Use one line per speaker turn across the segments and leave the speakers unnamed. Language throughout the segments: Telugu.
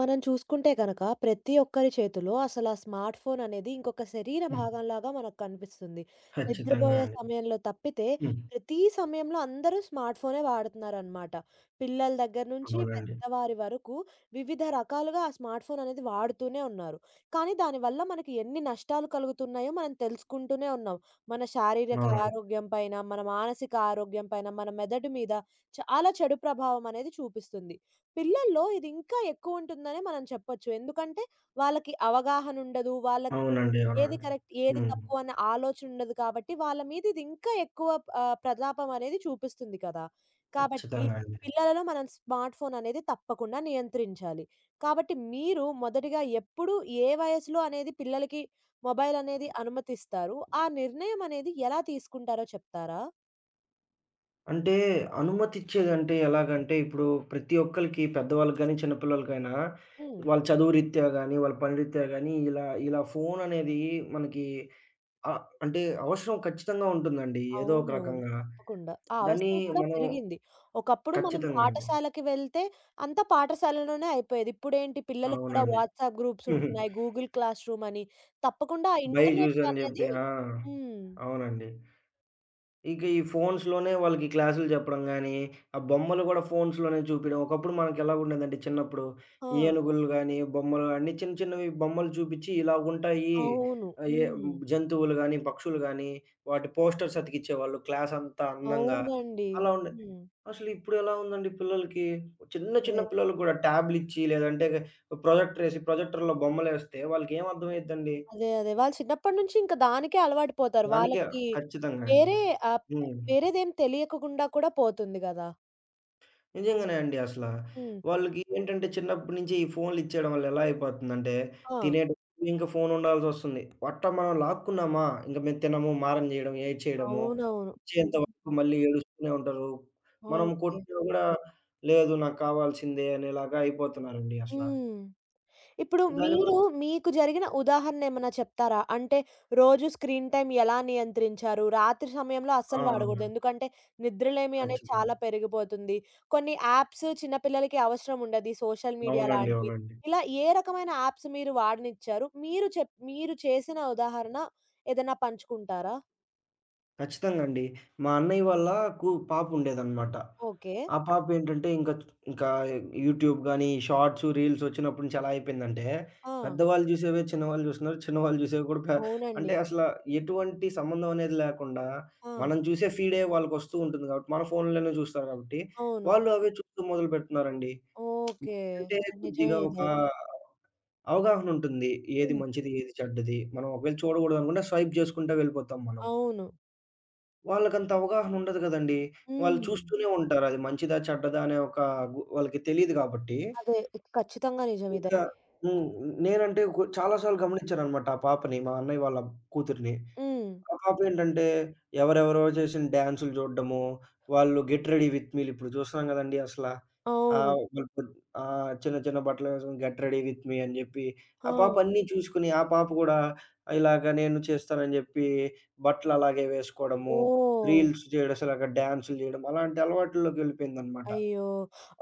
మనం చూసుకుంటే గనక ప్రతి ఒక్కరి చేతిలో అసలు ఆ స్మార్ట్ ఫోన్ అనేది ఇంకొక శరీర
హ్మ్.
భాగంలాగా మనకు కనిపిస్తుంది.
ఖచ్చితంగా
నిద్రబోయే
అండి.
సమయంలో తప్పితే
హ్మ్.
ప్రతి సమయంలో అందరూ స్మార్ట్ ఫోనే వాడుతున్నారనమాట. పిల్లల దగ్గర నుంచి
అవునండి.
పెద్దవారి వరకు వివిధ రకాలుగా ఆ స్మార్ట్ ఫోన్ అనేది వాడుతూనే ఉన్నారు. కానీ దానివల్ల మనకి ఎన్ని నష్టాలు కలుగుతున్నాయో మనం తెలుసుకుంటూనే ఉన్నాం. మన శారీరక
అవునండి.
ఆరోగ్యం పైన, మన మానసిక ఆరోగ్యం పైన, మన మెదడు మీద చాలా చెడు ప్రభావం అనేది చూపిస్తుంది. పిల్లల్లో ఇది ఇంకా ఎక్కువుంటుందనే మనం చెప్పొచ్చు. ఎందుకంటే, వాళ్ళకి అవగాహన ఉండదు. వాళ్ళకి ఏది
అవునండి.
కరెక్ట్, ఏది
హ్మ్.
తప్పు అన్న ఆలోచన ఉండదు కాబట్టి, వాళ్ళ మీద ఇది ఇంకా ఎక్కువ ప్రతాపం అనేది చూపిస్తుంది కదా! కాబట్టి
ఖచ్చితంగా అండి.
పిల్లలలో మనం స్మార్ట్ ఫోన్ అనేది తప్పకుండా నియంత్రించాలి. కాబట్టి మీరు మొదటిగా ఎప్పుడు, ఏ వయసులో అనేది పిల్లలకి మొబైల్ అనేది అనుమతిస్తారు? ఆ నిర్ణయం అనేది ఎలా తీసుకుంటారో చెప్తారా?
అంటే అనుమతిచ్చేదంటే ఎలాగంటే, ఇప్పుడు ప్రతి ఒక్కళ్ళకి పెద్దవాళ్ళకి గాని, చిన్న పిల్లలకైనా
హ్మ్.
వాళ్ళ చదువు రీత్యా గాని, వాళ్ళ పని రీత్యా గాని ఇలా ఫోన్ అనేది మనకి ఆహ్, అంటే అవసరం ఖచ్చితంగా ఉంటుందండి. ఏదో ఒక
అవునవును.
రకంగా.
తప్పకుండా. ఆ
దాన్ని
అవసరం కూడా
మనం
పెరిగింది. ఒకప్పుడు మనం
ఖచ్చితంగా అండి.
పాఠశాలకి వెళ్తే అంతా పాఠశాలలోనే అయిపోయేది. ఇప్పుడేంటి పిల్లలకి కూడా
అవునండి.
వాట్సాప్ గ్రూప్స్
హుహు.
ఉంటున్నాయి. గూగుల్ క్లాస్ రూమ్ అని. తప్పకుండా ఆ
'బైజూస్'
ఇంటర్నెట్
అని
అనేది
జెప్పి.
హ్మ్.
అవునండి. ఇంక ఈ ఫోన్స్‌లోనే వాళ్ళకి క్లాసులు చెప్పడం గానీ, ఆ బొమ్మలు గూడా ఫోన్స్‌లోనే చూపియడం. ఒకప్పుడు మనకెలాగుండేదంటే చిన్నప్పుడు,
ఆ!
ఏనుగులు గానీ, బొమ్మలు అన్నీ చిన్న చిన్నవి బొమ్మలు చూపిచ్చి ఇలాగుంటాయి.
అవును.
ఆహ్, ఏ
హ్మ్.
జంతువులు గానీ, పక్షులు గానీ, వాటి పోస్టర్స్ అతికిచ్చేవాళ్ళు క్లాసంతా అందంగా.
అవునండి.
అలా ఉండే
హ్మ్.
అసలిప్పుడు ఎలా ఉందండి పిల్లలకి, చిన్న చిన్న
అదే.
పిల్లలకి గూడా ట్యాబ్‌లిచ్చి లేదంటే ప్రొజెక్టర్‌లో బొమ్మలేస్తే వాళ్ళకేం అర్థమైద్దండి?
అదే. అదే. వాళ్ళు చిన్నప్పటి నుంచి ఇంక దానికే అలవాటు పోతారు.
దానికే
వాళ్ళకి
ఖచ్చితంగా అండి.
వేరే ఆహ్,
హ్మ్.
వేరేదేం తెలియకుండా కూడా పోతుంది గదా! హ్మ్.
నిజంగానే అండి అసల.
హ్మ్.
వాళ్ళకి ఏంటంటే చిన్నప్పటి నుంచి ఈ ఫోన్‌లు ఇచ్చేయడం వల్ల ఎలా అయిపోతుందంటే,
ఆ!
తినేటప్పుడు ఇంక ఫోన్ ఉండాల్సొస్తుంది. అట్టా మనం లాక్కున్నామా, ఇంక మేము తినము, మారం చేయడం, ఏడ్చేయడము,
అవునవును.
ఇచ్చేంత వరకు మళ్ళీ ఏడుస్తూనే ఉంటారు. మనం
ఓకే.
కొట్టినా గూడా, లేదు నాకు కావాల్సిందే అనేలాగా అయిపోతున్నారండి అసల.
హ్మ్. ఇప్పుడు మీరు
దానివల్ల
మీకు జరిగిన ఉదాహరణ ఏమన్నా చెప్తారా? అంటే రోజు స్క్రీన్ టైమ్ ఎలా నియంత్రించారు? రాత్రి సమయంలో అస్సలు వాడగూడదు.
అవునండి.
ఎందుకంటే నిద్రలేమి అనేది
ఖచ్చితంగా.
చాలా పెరిగిపోతుంది. కొన్ని యాప్స్ చిన్న పిల్లలకి అవసరం ఉండదు. ఈ సోషల్ మీడియా లాంటివి.
అవునండి.
ఇలా ఏ రకమైన యాప్స్ మీరు వాడనిచ్చారు? మీరు చేసిన ఉదాహరణ ఏదైనా పంచుకుంటారా?
ఖచ్చితంగా అండి. మా అన్నయ్య వాళ్ళ కు పాపుండేదనమాట.
ఓకే.
ఆ పాపేంటంటే ఇంకా ఇంకా యూట్యూబ్ గాని, షార్ట్స్, రీల్స్ వచ్చినప్పటి నుంచి ఎలా అయిపోయిందంటే,
ఆ!
పెద్దవాళ్ళు జూసేవే చిన్నవాళ్ళు జూస్తున్నారు. చిన్నవాళ్ళు జూసేవి కూడా పె
అవునండి.
అంటే అసల ఎటువంటి సంబంధం అనేది లేకుండా,
ఆ!
మనం జూసే ఫీడే వాళ్ళకొస్తూ ఉంటుంది గాబట్టి, మన ఫోన్‌లోనే జూస్తారు గాబట్టి,
అవును.
వాళ్ళు అవే చూస్తూ మొదలుపెడుతున్నారండి.
ఓకే.
అంటే
నిజమే
కొద్దిగా ఒక
ఇదైతే.
అవగాహనుంటుంది. ఏది
హ్మ్.
మంచిది, ఏది చెడ్డది. మనం ఒకవేళ చూడగూడదనుకున్నా స్వైప్ జేసుకుంటా వెళ్ళిపోతాం మనం.
అవును.
వాళ్ళకంత అవగాహన ఉండదు గదండీ. వాళ్ళు
హ్మ్.
చూస్తూనే ఉంటారు. అది మంచిదా? చెడ్డదా? అనే ఒక గు వాళ్ళకి తెలీదు గాబట్టి,
అదే. ఇది ఖచ్చితంగా నిజం ఇదైతే.
ఇంకా హ్మ్. నేనంటే కొ చాలా సార్లు గమనించాననమాట ఆ పాపని, మా అన్నయ్య వాళ్ళ కూతురిని.
హ్మ్.
ఆ కాపీ ఏంటంటే, ఎవరెవరో చేసిన డాన్సులు జూడడము, వాళ్ళు 'గెట్ రెడీ విత్ మీ'లు ఇప్పుడు చూస్తున్నాం గదండీ అసల.
అవును.
ఆహ్, ఆ! చిన్న చిన్న బట్టలేసుకొని 'గెట్ రెడీ విత్ మీ' అని జెప్పి,
ఆ!
ఆ పాప అన్నీ చూసుకొని, ఆ పాప గూడా ఇలాగ నేను చేస్తానని జెప్పి, బట్టలలాగే వేసుకోవడము,
ఓహ్!
రీల్స్ చేయడం, అసలగా డాన్సులు జేయడం, అలాంటి అలవాటుల్లోకెళ్ళిపోయిందనమాట.
అయ్యో!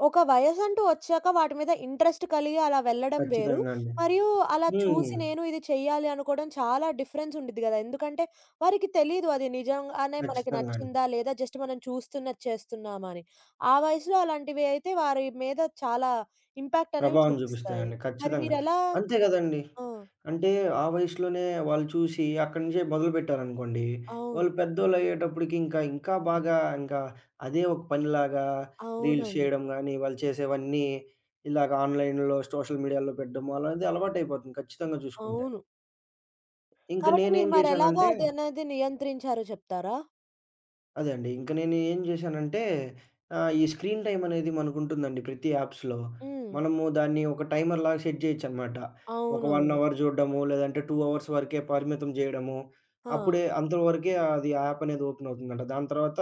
ఒక వయసంటూ వచ్చాక వాటి మీద ఇంట్రెస్ట్ కలిగి అలా వెళ్ళడం వేరు.
ఖచ్చితంగా అండి.
మరియు అలా చూసి
హ్మ్.
నేను ఇది చెయ్యాలి అనుకోవడం చాలా డిఫరెన్స్ ఉండిద్ది గదా! ఎందుకంటే వారికి తెలీదు అది నిజంగానే మనకి
ఖచ్చితంగా అండి.
నచ్చిందా? లేదా జస్ట్ మనం చూస్తున్నది చేస్తున్నామా అని. ఆ వయసులో అలాంటివి అయితే వారి మీద చాలా ఇంపాక్ట్ అనేవి
ప్రభావం
చూపిస్తాయి.
చూపిస్తాయండి.
మరి
ఖచ్చితంగా.
మీరెలా
అంతే గదండీ!
ఆ!
అంటే ఆ వయసులోనే వాళ్ళు చూసి అక్కడి నుంచే మొదలుపెట్టారనుకోండి,
అవును.
వాళ్ళు పెద్దోళ్ళయ్యేటప్పటికి ఇంకా బాగా ఇంకా అదే ఒక పనిలాగా రీల్స్
అవునండి.
చేయడం గానీ, వాళ్ళు చేసేవన్నీ ఇలాగ ఆన్‌లైన్‌లో సోషల్ మీడియాలో పెట్టడం అనేది అలవాటైపోతుంది ఖచ్చితంగా చూసుకుంటే.
అవును.
ఇంక
కాబట్టి మీరు
నేనేం
మరెలాగా
జేశానంటే
అది అనేది నియంత్రించారో చెప్తారా?
అదే అండి. ఇంక నేను ఏం జేశానంటే ఈ స్క్రీన్ టైమ్ అనేది మనకుంటుందండి ప్రతి యాప్స్‌లో.
హ్మ్.
మనము దాన్ని ఒక టైమర్‌లాగా సెట్ జేయొచ్చనమాట. ఒక 1
అవునవును.
అవర్ జూడడము, లేదంటే 2 అవర్స్ వరకే పరిమితం జేయడము.
ఆ!
అప్పుడే అంతవరకే అది ఆ యాప్ అనేది ఓపెన్ అవుతుందంట. దాని తర్వాత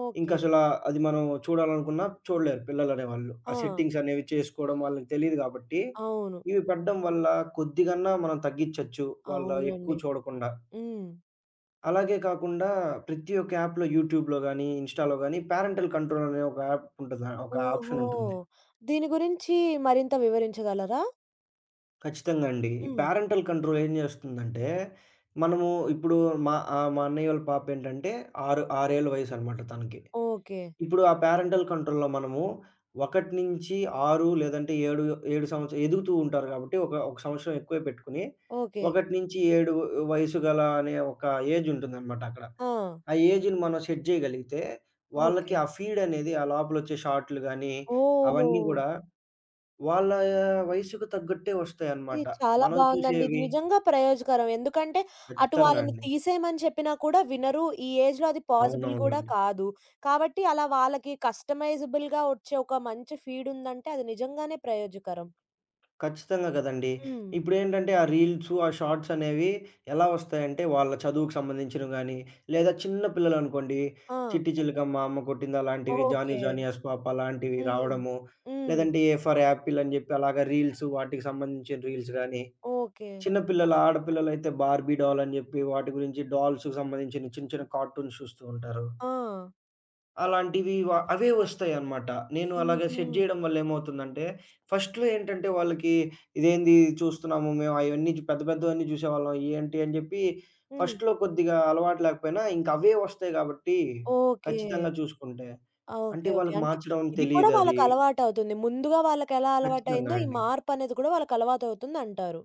ఓకే.
ఇంకసల అది మనం చూడాలనుకున్నా చూడలేరు పిల్లలనేవాళ్ళు.
ఆ!
ఆ సెట్టింగ్స్ అనేవి చేసుకోవడం వాళ్ళకి తెలీదు గాబట్టి,
అవును.
ఇవి పెట్టడం వల్ల కొద్దిగన్నా మనం తగ్గిచ్చొచ్చు. వాళ్ళు ఎక్కువ
అవునండి.
చూడకుండా.
హ్మ్.
అలాగే కాకుండా ప్రతి ఒక్క యాప్‌లో యూట్యూబ్‌లో గాని, ఇన్‌స్టా‌లో గాని పేరెంటల్ కంట్రోల్ అనే ఒక యాప్ ఉంటది. ఒక
ఓహో!
ఆప్షన్ ఉంటుంది.
దీని గురించి మరింత వివరించగలరా?
ఖచ్చితంగా అండి. ఈ
హ్మ్.
పేరెంటల్ కంట్రోల్ ఏం చేస్తుందంటే, మనము ఇప్పుడు మా ఆహ్, మా అన్నయ్య వాళ్ళ పాప ఏంటంటే 6 ఏళ్ల వయసనమాట తనకి.
ఓకే.
ఇప్పుడు ఆ పేరెంటల్ కంట్రోల్‌లో మనము 1-6 లేదంటే 7 సంవత్సరాలు ఎదుగుతూ ఉంటారు కాబట్టి ఒక సంవత్సరం ఎక్కువే పెట్టుకొని
ఓకే.
1-7 వయసు గల అనే ఒక ఏజ్ ఉంటుందనమాట అక్కడ.
ఆ!
ఆ ఏజ్‌ని మనం సెట్ జేయగలిగితే, వాళ్ళకి
ఓకే.
ఆ ఫీడ్ అనేది ఆ లోపలొచ్చే షార్ట్‌లు గానీ,
ఓహ్!
అవన్నీ గూడా వాళ్ళ వయసుకు తగ్గట్టే
ఇది
వస్తాయన్నమాట.
చాలా
మనం
బావుందండి. ఇది
చూసేవి
నిజంగా ప్రయోజకరం. ఎందుకంటే అటు
ఖచ్చితంగా
వాళ్ళని
అండి.
తీసేయమని చెప్పినా కూడా వినరు. ఈ ఏజ్‌లో అది పాసిబుల్ కూడా
అవునవునండి.
కాదు. కాబట్టి అలా వాళ్ళకి కస్టమైజబుల్‌గా వచ్చే ఒక మంచి ఫీడ్ ఉందంటే అది నిజంగానే ప్రయోజకరం.
ఖచ్చితంగా గదండీ!
హ్మ్.
ఇప్పుడేంటంటే ఆ రీల్సు, ఆ షార్ట్స్ అనేవి ఎలా వస్తాయంటే, వాళ్ళ చదువుకు సంబంధించినవి గానీ, లేదా చిన్న పిల్లలనుకోండి
ఆ!
'చిట్టి చిలకమ్మ అమ్మ కొట్టింది' అలాంటివి, 'జానీ
ఓకే.
జానీ యస్ పాప' అలాంటివి
హ్మ్.
రావడము,
హ్మ్.
లేదంటే 'ఏ ఫర్ యాపిల్' అని జెప్పి అలాగా వాటికి సంబంధించిన రీల్స్ గానీ
ఓకే.
చిన్న పిల్లలు ఆడపిల్లలైతే 'బార్బీ డాల్' అని జెప్పి వాటి గురించి డాల్స్‌కి సంబంధించిన చిన్న చిన్న కార్టూన్స్ చూస్తూ ఉంటారు.
ఆ!
అలాంటివి అవే వస్తాయన్నమాట. నేను అలాగా
హుహు.
సెట్ జేయడం వల్ల ఏమవుతుందంటే, ఫస్ట్‌లో ఏంటంటే వాళ్ళకి ఇదేంది చూస్తున్నాము మేము అయన్నీ జు పెద్ద పెద్దవన్నీ జూసేవాళ్ళం ఏంటి అని జెప్పి
హ్మ్.
ఫస్ట్‌లో కొద్దిగా అలవాటు లేకపోయినా ఇంక అవే వస్తాయి గాబట్టి
ఓకే.
ఖచ్చితంగా చూసుకుంటే, అంటే
ఓకే. ఓకే.
వాళ్ళకి
అంటే
మార్చడం
ఇది కూడా వాళ్ళకి
తెలీదది.
అలవాటవుతుంది. ముందుగా వాళ్ళకెలా
ఖచ్చితంగా
అలవాటయిందో ఈ
అండి.
మార్పనేది కూడా వాళ్ళకి అలవాటవుతుందంటారు.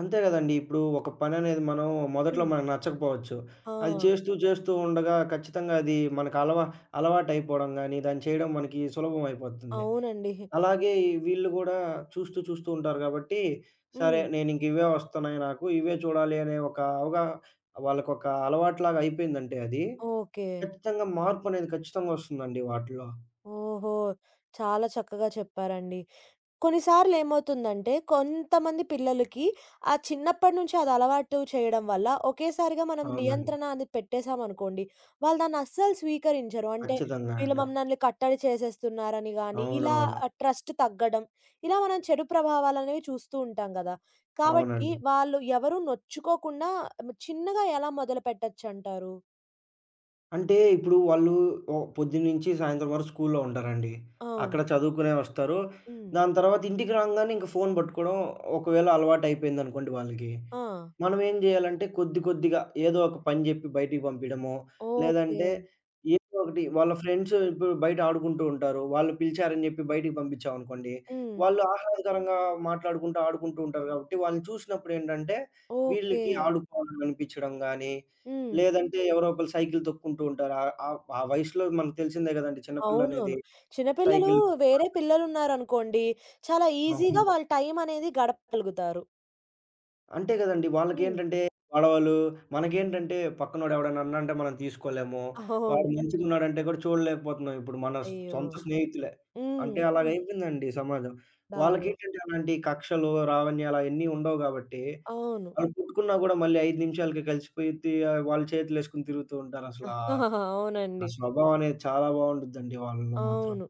అంతే గదండీ. ఇప్పుడు ఒక పననేది మనం మొదట్లో
హ్మ్.
మనకు నచ్చకపోవచ్చు.
ఆ!
అది చేస్తూ ఉండగా ఖచ్చితంగా అది మనకు అలవాటయిపోవడం గానీ, దాన్ని చేయడం మనకి సులభం అయిపోతుంది.
అవునండి.
అలాగే ఈ వీళ్ళు గూడా చూస్తూ ఉంటారు గాబట్టి, సరే
హ్మ్.
నేనింక ఇవే వస్తున్నాయి నాకు, ఇవే చూడాలి అనే ఒక అవగా వాళ్ళకొక అలవాటులాగా అయిపోయిందంటే అది,
ఓకే.
ఖచ్చితంగా మార్పనేది వస్తుందండి వాటిలో.
ఓహో! చాలా చక్కగా చెప్పారండి. కొన్నిసార్లు ఏమవుతుందంటే, కొంతమంది పిల్లలకి ఆ చిన్నప్పటి నుంచి అది అలవాటు చేయడం వల్ల, ఒకేసారిగా మనం
అవునండి.
నియంత్రణ అది పెట్టేసామనుకోండి, వాళ్ళు దాన్ని అస్సలు స్వీకరించరు. అంటే
ఖచ్చితంగా
వీళ్ళు
అండి.
మమ్మల్ని కట్టడి చేసేస్తున్నారని గాని, ఇలా
అవునవును.
ట్రస్ట్ తగ్గడం, ఇలా మనం చెడు ప్రభావాలనేవి చూస్తూ ఉంటాం గదా! కాబట్టి
అవునండి.
వాళ్ళు ఎవరు నొచ్చుకోకుండా చిన్నగా ఎలా మొదలుపెట్టొచ్చంటారు?
అంటే ఇప్పుడు వాళ్ళు పొద్దున్నుంచి సాయంత్రం వరకు స్కూల్లో ఉంటారండి. అక్కడ
అవును.
చదువుకునే వస్తారు.
హ్మ్.
దాని తర్వాత ఇంటికి రాంగానే ఇంక ఫోన్ పట్టుకోవడం ఒకవేళ అలవాటయిపోయిందనుకోండి వాళ్ళకి.
ఆ!
మనం ఏం జేయాలంటే కొద్ది కొద్దిగా ఏదో ఒక పని జెప్పి బయటికి పంపియడమో,
ఓకే.
లేదంటే ఏదో ఒకటి వాళ్ళ ఫ్రెండ్స్ ఇప్పుడు బయట ఆడుకుంటూ ఉంటారు. వాళ్ళు పిలిచారని జెప్పి బయటికి పంపించామనుకోండి,
హ్మ్.
వాళ్ళు ఆహ్లాదకరంగా మాట్లాడుకుంటూ, ఆడుకుంటూ ఉంటారు గాబట్టి వాళ్ళని చూసినప్పుడేంటంటే
ఓకే.
వీళ్ళకి ఆడుకోవాలని అనిపించడం గానీ
హ్మ్.
లేదంటే ఎవరో ఒకళ్ళు సైకిల్ తొక్కుంటూ ఉంటారు. ఆహ్, ఆహ్, ఆ వయసులో మనకు తెలిసిందే గదండీ
అవునవును.
చిన్నపిల్లనేది
చిన్న పిల్లలు
సైకిల్ తొక్కడం.
వేరే పిల్లలున్నారనుకోండి, చాలా ఈజీగా
అవును.
వాళ్ళ టైమనేది గడపగలుగుతారు.
అంతే గదండీ.
హ్మ్.
వాళ్ళకేంటంటే గొడవలు, మనకేంటంటే పక్కనోడు ఎవడైనా అన్నాడంటే మనం తీసుకోలేము.
అవును.
వాడు మంచిగున్నాడంటే కూడా చూడలేకపోతున్నాం ఇప్పుడు మన
అయ్యో!
సొంత స్నేహితులే.
హ్మ్.
అంటే అలాగైపోయిందండి సమాజం.
దారుణం.
వాళ్ళకేంటంటే అలాంటి కక్షలు, రావణ్యాలు అయన్నీ ఉండవు గాబట్టి
అవును.
వాళ్ళు కొట్టుకున్నా గూడా మళ్ళీ 5 నిమిషాలకే కలిసిపోయి వాళ్ళ చేతులేసుకొని తిరుగుతూ ఉంటారసలా. ఆ ఆ
అవునండి.
స్వభావం అనేది చాలా బావుండుద్దండి వాళ్ళలో మాత్రం.
అవును.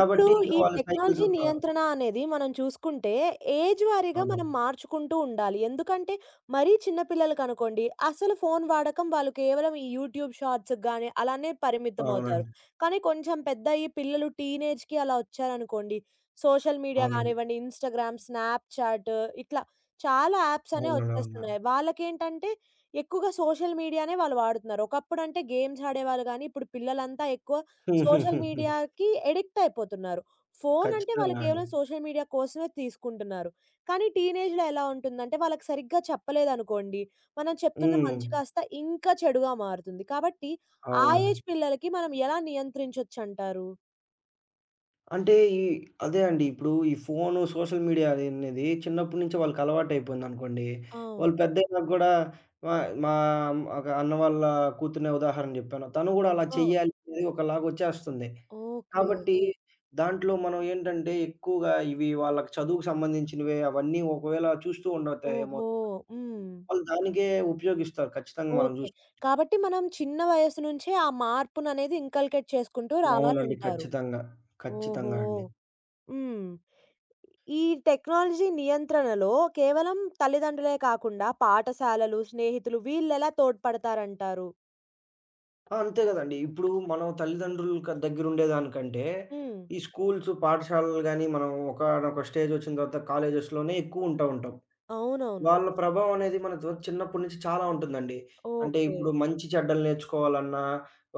ఇప్పుడు
ఇంక
ఈ
వాళ్ళు సైకిల్
టెక్నాలజీ
తొ ఆ!
నియంత్రణ అనేది మనం చూసుకుంటే, ఏజ్ వారీగా మనం
అవునండి.
మార్చుకుంటూ ఉండాలి. ఎందుకంటే, మరీ చిన్న పిల్లలకనుకోండి, అసలు ఫోను వాడకం వాళ్ళు కేవలం ఈ యూట్యూబ్ షార్ట్స్‌కి గాని, అలానే పరిమితమవుతారు.
అవునండి.
కానీ కొంచెం పెద్దయ్యి పిల్లలు టీనేజ్‌కి అలా వచ్చారనుకోండి, సోషల్ మీడియా హ్మ్.
అవునండి.
గానివ్వండి, ఇన్‌స్టాగ్రామ్, స్నాప్‌చాట్ ఇట్లా చాలా యాప్స్ అనేవి
అవునండి. అవునండి.
వచ్చేస్తున్నాయి. వాళ్ళకేంటంటే, ఎక్కువగా సోషల్ మీడియానే వాళ్ళు వాడుతున్నారు. ఒకప్పుడంటే గేమ్స్ ఆడేవాళ్ళు గానీ, ఇప్పుడు పిల్లలంతా ఎక్కువ సోషల్
హుహుహుహు.
మీడియాకి అడిక్ట్ అయిపోతున్నారు. ఫోన్ అంటే వాళ్ళు
ఖచ్చితంగా అండి.
కేవలం సోషల్ మీడియా కోసమే తీసుకుంటున్నారు. కానీ టీనేజ్‌లో ఎలా ఉంటుందంటే వాళ్ళకి సరిగ్గా చెప్పలేదనుకోండి, మనం చెప్తున్న
హ్మ్.
మంచి కాస్త ఇంకా చెడుగా మారుతుంది. కాబట్టి ఆ
అవునండి.
ఏజ్ పిల్లలకి మనం ఎలా నియంత్రించొచ్చంటారు?
అంటే ఈ అదే అండి. ఇప్పుడు ఈ ఫోను, సోషల్ మీడియా అనేది చిన్నప్పటి నుంచి వాళ్ళకి అలవాటయిపోయిందనుకోండి.
అవును.
వాళ్ళు పెద్దయినాక గూడా మా మా ఒక అన్న వాళ్ళ కూతుర్నే ఉదాహరణ జెప్పాను. తను గూడా అలా
ఆ!
చెయ్యాలి అనేది ఒకలాగొచ్చేస్తుంది.
ఓకే.
కాబట్టి దాంట్లో మనం ఏంటంటే ఎక్కువగా ఇవి వాళ్ళకి చదువుకు సంబంధించినవే అవన్నీ ఒకవేళ చూస్తూ ఉండతే ఏమో
ఓహో! హ్మ్.
వాళ్ళు దానికే ఉపయోగిస్తారు. ఖచ్చితంగా మనం
ఓకే.
జూస్
కాబట్టి మనం చిన్న వయస్సు నుంచే ఆ మార్పుననేది ఇంకల్కేట్ చేసుకుంటూ
అవునండి.
రావాలంటారు.
ఖచ్చితంగా.
ఓహో!
ఖచ్చితంగా అండి.
హ్మ్. ఈ టెక్నాలజీ నియంత్రణలో కేవలం తల్లిదండ్రులే కాకుండా పాఠశాలలు, స్నేహితులు వీళ్ళెలా తోడ్పడతారంటారు?
అంతే గదండీ. ఇప్పుడు మనం తల్లిదండ్రుల క దగ్గరుండేదానికంటే,
హ్మ్.
ఈ స్కూల్స్, పాఠశాలలు గాని, మనం ఒకానొక స్టేజొచ్చిన తర్వాత కాలేజెస్‌లోనే ఎక్కువ ఉంటాం.
అవునవును.
వాళ్ళ ప్రభావం అనేది మన తో చిన్నప్పటి నుంచి చాలా ఉంటుందండి. అంటే
ఓకే.
ఇప్పుడు మంచి చెడ్డలు నేర్చుకోవాలన్నా,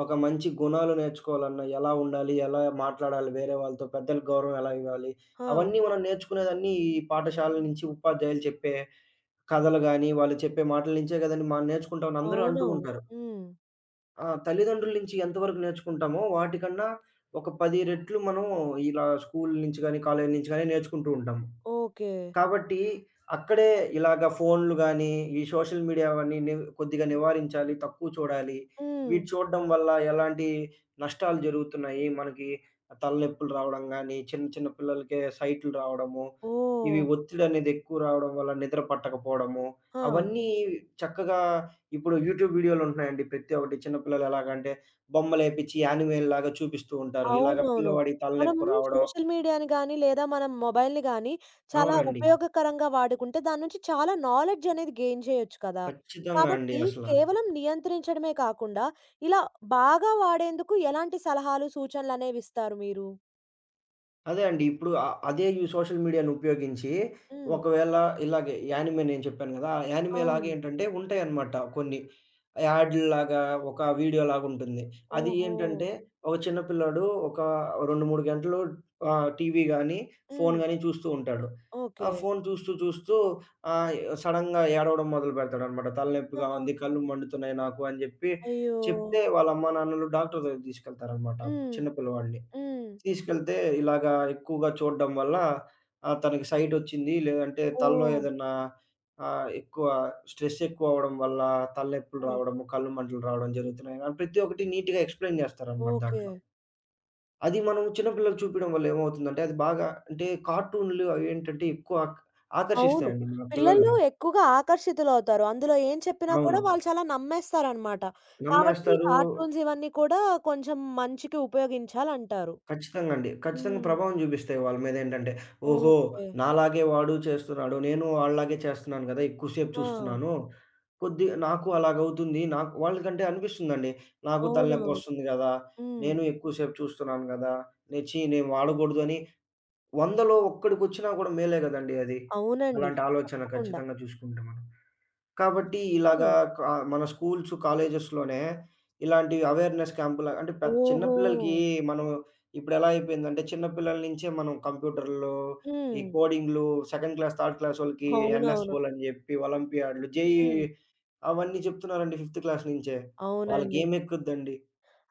ఒక మంచి గుణాలు నేర్చుకోవాలన్నా, ఎలా ఉండాలి, ఎలా మాట్లాడాలి వేరే వాళ్ళతో, పెద్దలకు గౌరవం ఎలా ఇవ్వాలి,
ఆ!
అవన్నీ మనం నేర్చుకునేదన్నీ ఈ పాఠశాల నుంచి ఉపాధ్యాయులు చెప్పే కథలు గాని, వాళ్ళు చెప్పే మాటల నుంచే గదండీ మనం నేర్చుకుంటామని అందరూ అంటూ
అవునవును.
ఉంటారు.
హ్మ్.
తల్లిదండ్రుల నుంచి ఎంత వరకు నేర్చుకుంటామో వాటికన్నా ఒక 10 రెట్లు మనం ఇలా స్కూల్ నుంచి గాని, కాలేజీ నుంచి గాని నేర్చుకుంటూ ఉంటాము.
ఓకే.
కాబట్టి అక్కడే ఇలాగ ఫోన్‌లు గానీ, ఈ సోషల్ మీడియా అవన్నీ కొద్దిగా నివారించాలి. తక్కువ చూడాలి.
హ్మ్.
వీటి చూడడం వల్ల ఎలాంటి నష్టాలు జరుగుతున్నాయి. మనకి తలనొప్పులు రావడం గానీ, చిన్న చిన్న పిల్లలకే సైట్లు రావడము,
ఓహ్!
ఇవి ఒత్తిడనేది ఎక్కువ రావడం వల్ల నిద్ర పట్టకపోవడము,
ఆ!
అవన్నీ చక్కగా ఇప్పుడు యూట్యూబ్ వీడియోలుంటున్నాయండి ప్రతి ఒక్కటి. చిన్న పిల్లలు ఎలాగంటే బొమ్మలేపిచ్చి యానిమేల్‌లాగా చూపిస్తూ ఉంటారు. ఇలాగ
అవునవును.
పిల్లవాడికి
మనం
తలనొప్పి రావడం
సోషల్ మీడియాని గాని, లేదా మనం మొబైల్‌ని గాని చాలా
అవునండి.
ఉపయోగకరంగా వాడుకుంటే దాని నుంచి చాలా నాలెడ్జ్ అనేది గెయిన్ చేయొచ్చు కదా!
ఖచ్చితంగా అండి
కాబట్టి
అసల.
కేవలం నియంత్రించడమే కాకుండా ఇలా బాగా వాడేందుకు ఎలాంటి సలహాలు, సూచనలనేవిస్తారు మీరు?
అదే అండి. ఇప్పుడు అదే ఈ సోషల్ మీడియాను ఉపయోగించి
హ్మ్.
ఒకవేళ ఇలాగే యానిమే నేను చెప్పాను గదా! ఆ యానిమేలాగా
అవును.
ఏంటంటే ఉంటాయన్నమాట కొన్ని. యాడ్‌లాగా ఒక వీడియోలాగా ఉంటుంది. అది
ఓహో!
ఏంటంటే ఒక చిన్న పిల్లోడు ఒక 2, 3 గంటలు టీవీ గాని,
హ్మ్.
ఫోను గాని చూస్తూ ఉంటాడు. ఆ
ఓకే.
ఫోను చూస్తూ చూస్తూ ఆహ్, సడెన్‌గా ఏడవడం మొదలుపెడతాడన్నమాట.
ఆ!
తలనొప్పిగా ఉంది, కళ్ళు మండుతున్నాయి నాకు అని జెప్పి
అయ్యో!
చెప్తే వాళ్ళ అమ్మానాన్నలు డాక్టర్ దగ్గరికి తీసుకెళ్తారన్నమాట
హ్మ్.
చిన్న పిల్లవాడిని.
హ్మ్.
తీసుకెళ్తే ఇలాగా ఎక్కువగా చూడడం వల్ల తనకి సైట్ ఒచ్చింది. లేదంటే తలలో
ఓహ్!
ఏదన్నా ఆహ్, ఎక్కువ స్ట్రెస్ అవ్వడం వల్ల తలనొప్పులు
ఆ!
రావడము, కళ్ళు మంటలు రావడం జరుగుతున్నాయి. ప్రతి ఒక్కటి నీట్‌గా ఎక్స్‌ప్లెయిన్ చేస్తారనమాట
ఓకే.
దాంట్లో. అది మనం చిన్న పిల్లలకి చూపియడం వల్ల ఏమవుతుందంటే అది బాగా అంటే కార్టూన్‌లు అవేంటంటే ఎక్కువ ఆక్
అవును.
ఆకర్షిస్తాయండి మన
పిల్లలు
పిల్లల్ని.
ఎక్కువగా ఆకర్షితులవుతారు. అందులో ఏం చెప్పినా కూడా
అవును.
వాళ్ళు చాలా నమ్మేస్తారనమాట. కాబట్టి ఈ
నమ్మేస్తారు
కార్టూన్స్ ఇవన్నీ కూడా కొంచెం మంచికి ఉపయోగించాలంటారు.
ఖచ్చితంగా అండి. ఖచ్చితంగా
హ్మ్.
ప్రభావం జూపిస్తాయి వాళ్ళ మీదేంటంటే, ఓహో!
ఓకే.
నాలాగే వాడు చేస్తున్నాడు. నేను వాళ్ళలాగే చేస్తున్నాను గదా! ఎక్కువసేపు
ఆ!
చూస్తున్నాను. కొద్ది నాకు అలాగవుతుంది. నాకు వాళ్ళకంటే అనిపిస్తుందండి. నాకు
అవునవును.
తలనొప్పొస్తుంది గదా!
హ్మ్.
నేను ఎక్కువసేపు చూస్తున్నాను గదా! నేను ఛీ! నేను వాడకూడదు అని వందలో ఒక్కడికొచ్చినా గూడా మేలే గదండీ అది.
అవునండి.
అలాంటి ఆలోచన
తప్పకుండా.
ఖచ్చితంగా చూసుకుంటే మనం. కాబట్టి ఇలాగా
హ్మ్.
మన స్కూల్స్, కాలేజెస్‌లోనే ఇలాంటి అవేర్‌నెస్ క్యాంపుల అంటే చిన్న
ఓహో!
పిల్లలకి మనం ఇప్పుడెలా అయిపోయిందంటే చిన్న పిల్లల నుంచే మనం కంప్యూటర్‌లు, ఈ
హ్మ్.
కోడింగ్‌లు, సెకండ్ క్లాస్, థర్డ్ క్లాసోళ్ళకి
అవునవును.
ఎన్ఎస్ఓలని జెప్పి, ఒలింపియాడ్‌లు, జేఈఈ
హ్మ్.
అవన్నీ చెప్తున్నారండి ఫిఫ్త్ క్లాస్ నుంచే.
అవునండి.
వాళ్ళకేమెక్కుద్దండి?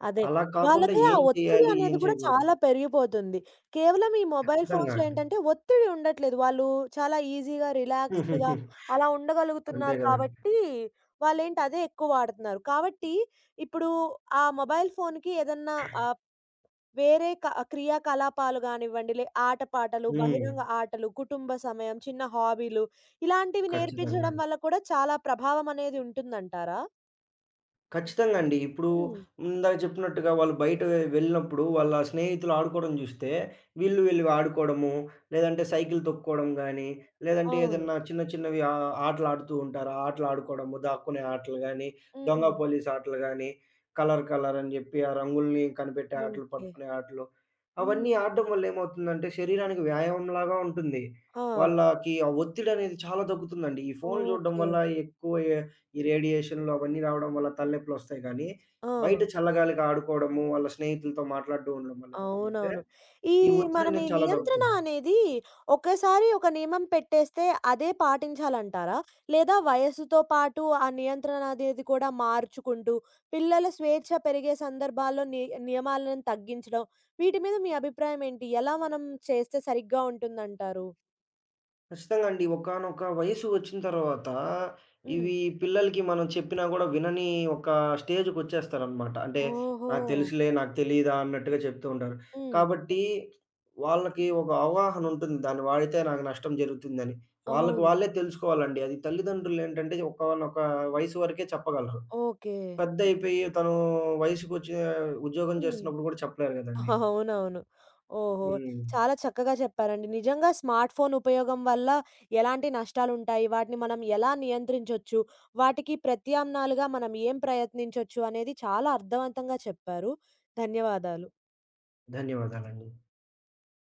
అదే.
అలా కాకుండా
వాళ్ళకి ఆ
ఏం
ఒత్తిడి
చేయాలి?
అనేది
ఏం
కూడా
చేయకూడదు?
చాలా పెరిగిపోతుంది. కేవలం ఈ మొబైల్
ఖచ్చితంగా
ఫోన్స్‌లో
అండి.
ఏంటంటే ఒత్తిడి ఉండట్లేదు. వాళ్ళు చాలా ఈజీగా, రిలాక్స్డ్‌గా అలా
అంతే
ఉండగలుగుతున్నారు
గదండీ!
కాబట్టి, వాళ్ళేంటి అదే ఎక్కువ వాడుతున్నారు. కాబట్టి ఇప్పుడు ఆ మొబైల్ ఫోన్‌కి ఏదన్నా ఆహ్, వేరే క్రియాకలాపాలు గానివ్వండి, ఆటపాటలు,
హ్మ్.
బహిరంగ ఆటలు, కుటుంబ సమయం, చిన్న హాబీలు ఇలాంటివి
ఖచ్చితంగా
నేర్పించడం
అండి.
వల్ల కూడా చాలా ప్రభావం అనేది ఉంటుందంటారా?
ఖచ్చితంగా అండి. ఇప్పుడు
హ్మ్.
ఇందాక చెప్పినట్టుగా వాళ్ళు బయట వెళ్ళినప్పుడు వాళ్ళ స్నేహితులు ఆడుకోవడం జూస్తే, వీళ్ళు వీళ్ళు ఆడుకోవడము, లేదంటే సైకిల్ తొక్కుకోవడం గానీ, లేదంటే
అవును.
ఏదన్నా చిన్న చిన్నవి ఆటలాడుతూ ఉంటారు. ఆ ఆటలాడుకోవడము, దాక్కునే ఆటలు గానీ, దొంగ
హ్మ్.
పోలీస్ ఆటలు గానీ, కలర్ కలర్ అని జెప్పి ఆ రంగుల్ని కనిపెట్టే ఆటలు,
ఓకే.
పట్టుకునే ఆటలు.
హ్మ్.
అవన్నీ ఆడడం వల్ల ఏమవుతుందంటే శరీరానికి వ్యాయామంలాగా ఉంటుంది.
ఆ!
వాళ్ళకి ఆ ఒత్తిడనేది చాలా తగ్గుతుందండి. ఈ ఫోన్‌లు జూడడం
ఓకే.
వల్ల ఎక్కువ ఈ రేడియేషన్‌లు అవన్నీ రావడం వల్ల తలనొప్పులొస్తాయి కానీ,
ఆ!
బయట చల్లగాలికి ఆడుకోవడము, వాళ్ళ స్నేహితులతో మాట్లాడుతూ ఉండడం వల్ల ఏమవుతుందంటే,
అవునవును. ఈ
ఈ
మనం ఈ
ఒత్తిడనేది చాలా
నియంత్రణ
తగ్గుతుంది.
అనేది ఒకేసారి ఒక నియమం పెట్టేస్తే అదే పాటించాలంటారా? లేదా వయస్సుతో పాటు ఆ నియంత్రణ అనేది కూడా మార్చుకుంటూ పిల్లల స్వేచ్ఛ పెరిగే సందర్భాల్లో నియమాలను తగ్గించడం వీటి మీద మీ అభిప్రాయం ఏంటి? ఎలా మనం చేస్తే సరిగ్గా ఉంటుందంటారు?
ఖచ్చితంగా అండి. ఒకానొక వయసు వచ్చిన తర్వాత,
హ్మ్.
ఇవి పిల్లలకి మనం చెప్పినా గూడా వినని ఒక స్టేజ్‌కొచ్చేస్తారనమాట. అంటే,
ఓహో!
నాకు తెలుసులే, నాకు తెలీదా అన్నట్టుగా చెప్తూ ఉంటారు.
హ్మ్.
కాబట్టి, వాళ్ళకి ఒక అవగాహన ఉంటుంది. దాన్ని వాడితే నాకు నష్టం జరుగుతుందని. వాళ్ళకి
అవును.
వాళ్ళే తెలుసుకోవాలండి. అది తల్లిదండ్రులేంటంటే, ఒకానొక వయసు వరకే చెప్పగలరు.
ఓకే.
పెద్దయిపోయి తను వయసుకొచ్చే ఉద్యోగం
హ్మ్.
చేస్తున్నప్పుడు గూడా చెప్పలేరు గదండీ.
అవునవును. ఓహో!
హ్మ్.
చాలా చక్కగా చెప్పారండి. నిజంగా స్మార్ట్ ఫోన్ ఉపయోగం వల్ల ఎలాంటి నష్టాలుంటాయి? వాటిని మనం ఎలా నియంత్రించొచ్చు? వాటికి ప్రత్యామ్నాలుగా మనం ఏం ప్రయత్నించొచ్చు అనేది చాలా అర్థవంతంగా చెప్పారు. ధన్యవాదాలు.
ధన్యవాదాలండి.